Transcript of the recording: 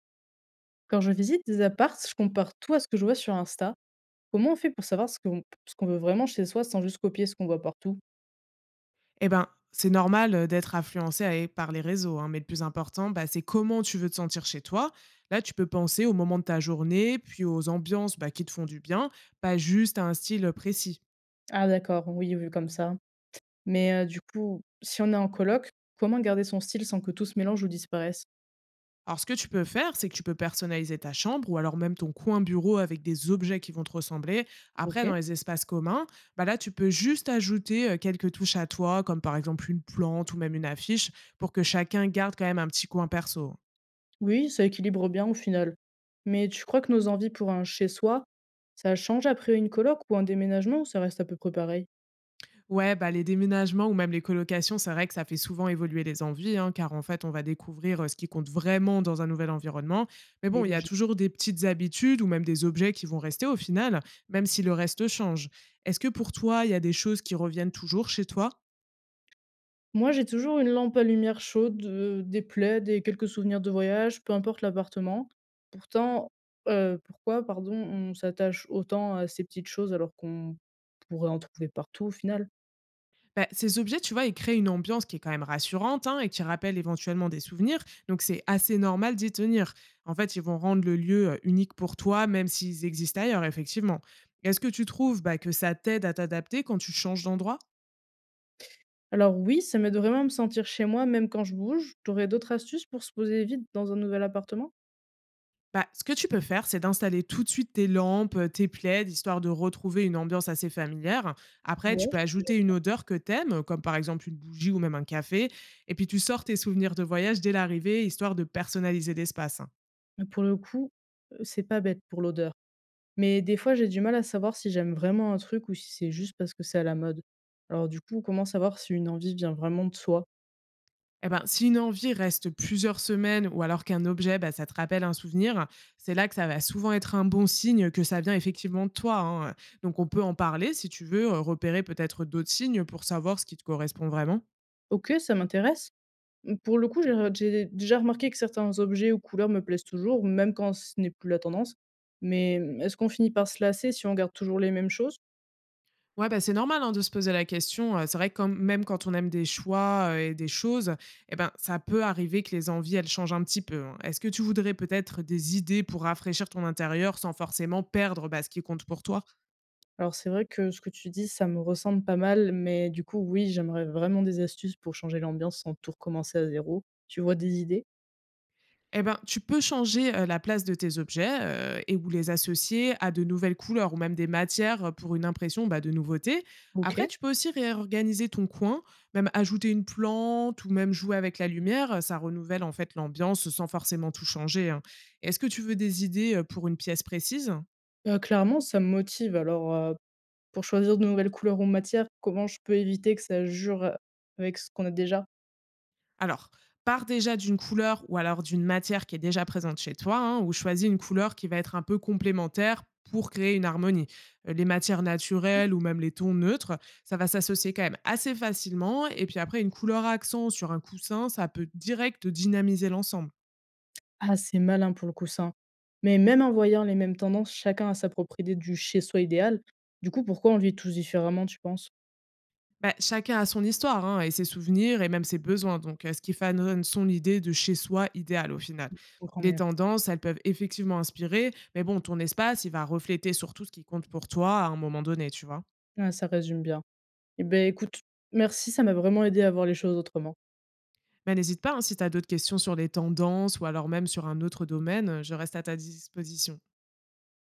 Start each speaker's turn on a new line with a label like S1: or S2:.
S1: Quand je visite des apparts, je compare tout à ce que je vois sur Insta. Comment on fait pour savoir ce qu'on veut vraiment chez soi sans juste copier ce qu'on voit partout?
S2: Eh ben, c'est normal d'être influencé par les réseaux, hein, mais le plus important, bah, c'est comment tu veux te sentir chez toi. Là, tu peux penser au moment de ta journée, puis aux ambiances bah, qui te font du bien, pas juste à un style précis.
S1: Ah d'accord, oui, vu comme ça. Mais du coup, si on est en coloc, comment garder son style sans que tout se mélange ou disparaisse?
S2: Alors, ce que tu peux faire, c'est que tu peux personnaliser ta chambre ou alors même ton coin bureau avec des objets qui vont te ressembler.
S1: Ok.
S2: Après, dans les espaces communs, bah là, tu peux juste ajouter quelques touches à toi, comme par exemple une plante ou même une affiche, pour que chacun garde quand même un petit coin perso, hein.
S1: Oui, ça équilibre bien au final. Mais tu crois que nos envies pour un chez-soi, ça change après une coloc ou un déménagement ou ça reste à peu près pareil?
S2: Ouais, bah, les déménagements ou même les colocations, c'est vrai que ça fait souvent évoluer les envies, hein, car en fait, on va découvrir ce qui compte vraiment dans un nouvel environnement. Mais
S1: Oui,
S2: bon, il y a
S1: logique.
S2: toujours des petites habitudes ou même des objets qui vont rester au final, même si le reste change. Est-ce que pour toi, il y a des choses qui reviennent toujours chez toi?
S1: Moi, j'ai toujours une lampe à lumière chaude, des plaids et quelques souvenirs de voyage, peu importe l'appartement. Pourtant, pourquoi, pardon, on s'attache autant à ces petites choses alors qu'on pourrait en trouver partout au final?
S2: Bah, ces objets, tu vois, ils créent une ambiance qui est quand même rassurante, hein, et qui rappelle éventuellement des souvenirs. Donc, c'est assez normal d'y tenir. En fait, ils vont rendre le lieu unique pour toi, même s'ils existent ailleurs, effectivement. Est-ce que tu trouves bah, que ça t'aide à t'adapter quand tu changes d'endroit?
S1: Alors oui, ça m'aide vraiment à me sentir chez moi, même quand je bouge. T'aurais d'autres astuces pour se poser vite dans un nouvel appartement?
S2: Bah, ce que tu peux faire, c'est d'installer tout de suite tes lampes, tes plaids, histoire de retrouver une ambiance assez familière. Après, tu
S1: Ouais.
S2: peux ajouter une odeur que t'aimes, comme par exemple une bougie ou même un café. Et puis, tu sors tes souvenirs de voyage dès l'arrivée, histoire de personnaliser l'espace, hein.
S1: Pour le coup, c'est pas bête pour l'odeur. Mais des fois, j'ai du mal à savoir si j'aime vraiment un truc ou si c'est juste parce que c'est à la mode. Alors du coup, comment savoir si une envie vient vraiment de soi?
S2: Eh ben, si une envie reste plusieurs semaines ou alors qu'un objet, bah, ça te rappelle un souvenir, c'est là que ça va souvent être un bon signe que ça vient effectivement de toi, hein. Donc on peut en parler si tu veux, repérer peut-être d'autres signes pour savoir ce qui te correspond vraiment.
S1: OK, ça m'intéresse. Mmh, pour le coup, j'ai déjà remarqué que certains objets ou couleurs me plaisent toujours, même quand ce n'est plus la tendance. Mais, mmh, est-ce qu'on finit par se lasser si on garde toujours les mêmes choses?
S2: Ouais, bah, c'est normal, hein, de se poser la question. C'est vrai que même quand on aime des choix et des choses, eh ben, ça peut arriver que les envies, elles changent un petit peu, hein. Est-ce que tu voudrais peut-être des idées pour rafraîchir ton intérieur sans forcément perdre bah, ce qui compte pour toi?
S1: Alors c'est vrai que ce que tu dis, ça me ressemble pas mal, mais du coup, oui, j'aimerais vraiment des astuces pour changer l'ambiance sans tout recommencer à zéro. Tu vois des idées?
S2: Et ben, tu peux changer, la place de tes objets, et ou les associer à de nouvelles couleurs ou même des matières, pour une impression, bah, de nouveauté.
S1: OK.
S2: Après, tu peux aussi réorganiser ton coin, même ajouter une plante ou même jouer avec la lumière, ça renouvelle en fait l'ambiance sans forcément tout changer, hein. Est-ce que tu veux des idées, pour une pièce précise?
S1: Clairement, ça me motive. Alors, pour choisir de nouvelles couleurs ou matières, comment je peux éviter que ça jure avec ce qu'on a déjà?
S2: Alors, pars déjà d'une couleur ou alors d'une matière qui est déjà présente chez toi, hein, ou choisis une couleur qui va être un peu complémentaire pour créer une harmonie. Les matières naturelles ou même les tons neutres, ça va s'associer quand même assez facilement. Et puis après, une couleur accent sur un coussin, ça peut direct dynamiser l'ensemble.
S1: Ah, c'est malin pour le coup ça, hein. Mais même en voyant les mêmes tendances, chacun a sa propre idée du chez soi idéal. Du coup, pourquoi on vit tous différemment, tu penses?
S2: Bah, chacun a son histoire, hein, et ses souvenirs et même ses besoins, donc ce qui façonne son idée de chez soi idéal au final.
S1: Je comprends
S2: Les
S1: mieux.
S2: tendances, elles peuvent effectivement inspirer, mais bon, ton espace, il va refléter surtout ce qui compte pour toi à un moment donné, tu vois.
S1: Ouais, ça résume bien. Eh beh, écoute, merci, ça m'a vraiment aidée à voir les choses autrement.
S2: Mais n'hésite pas, hein, si tu as d'autres questions sur les tendances ou alors même sur un autre domaine, je reste à ta disposition.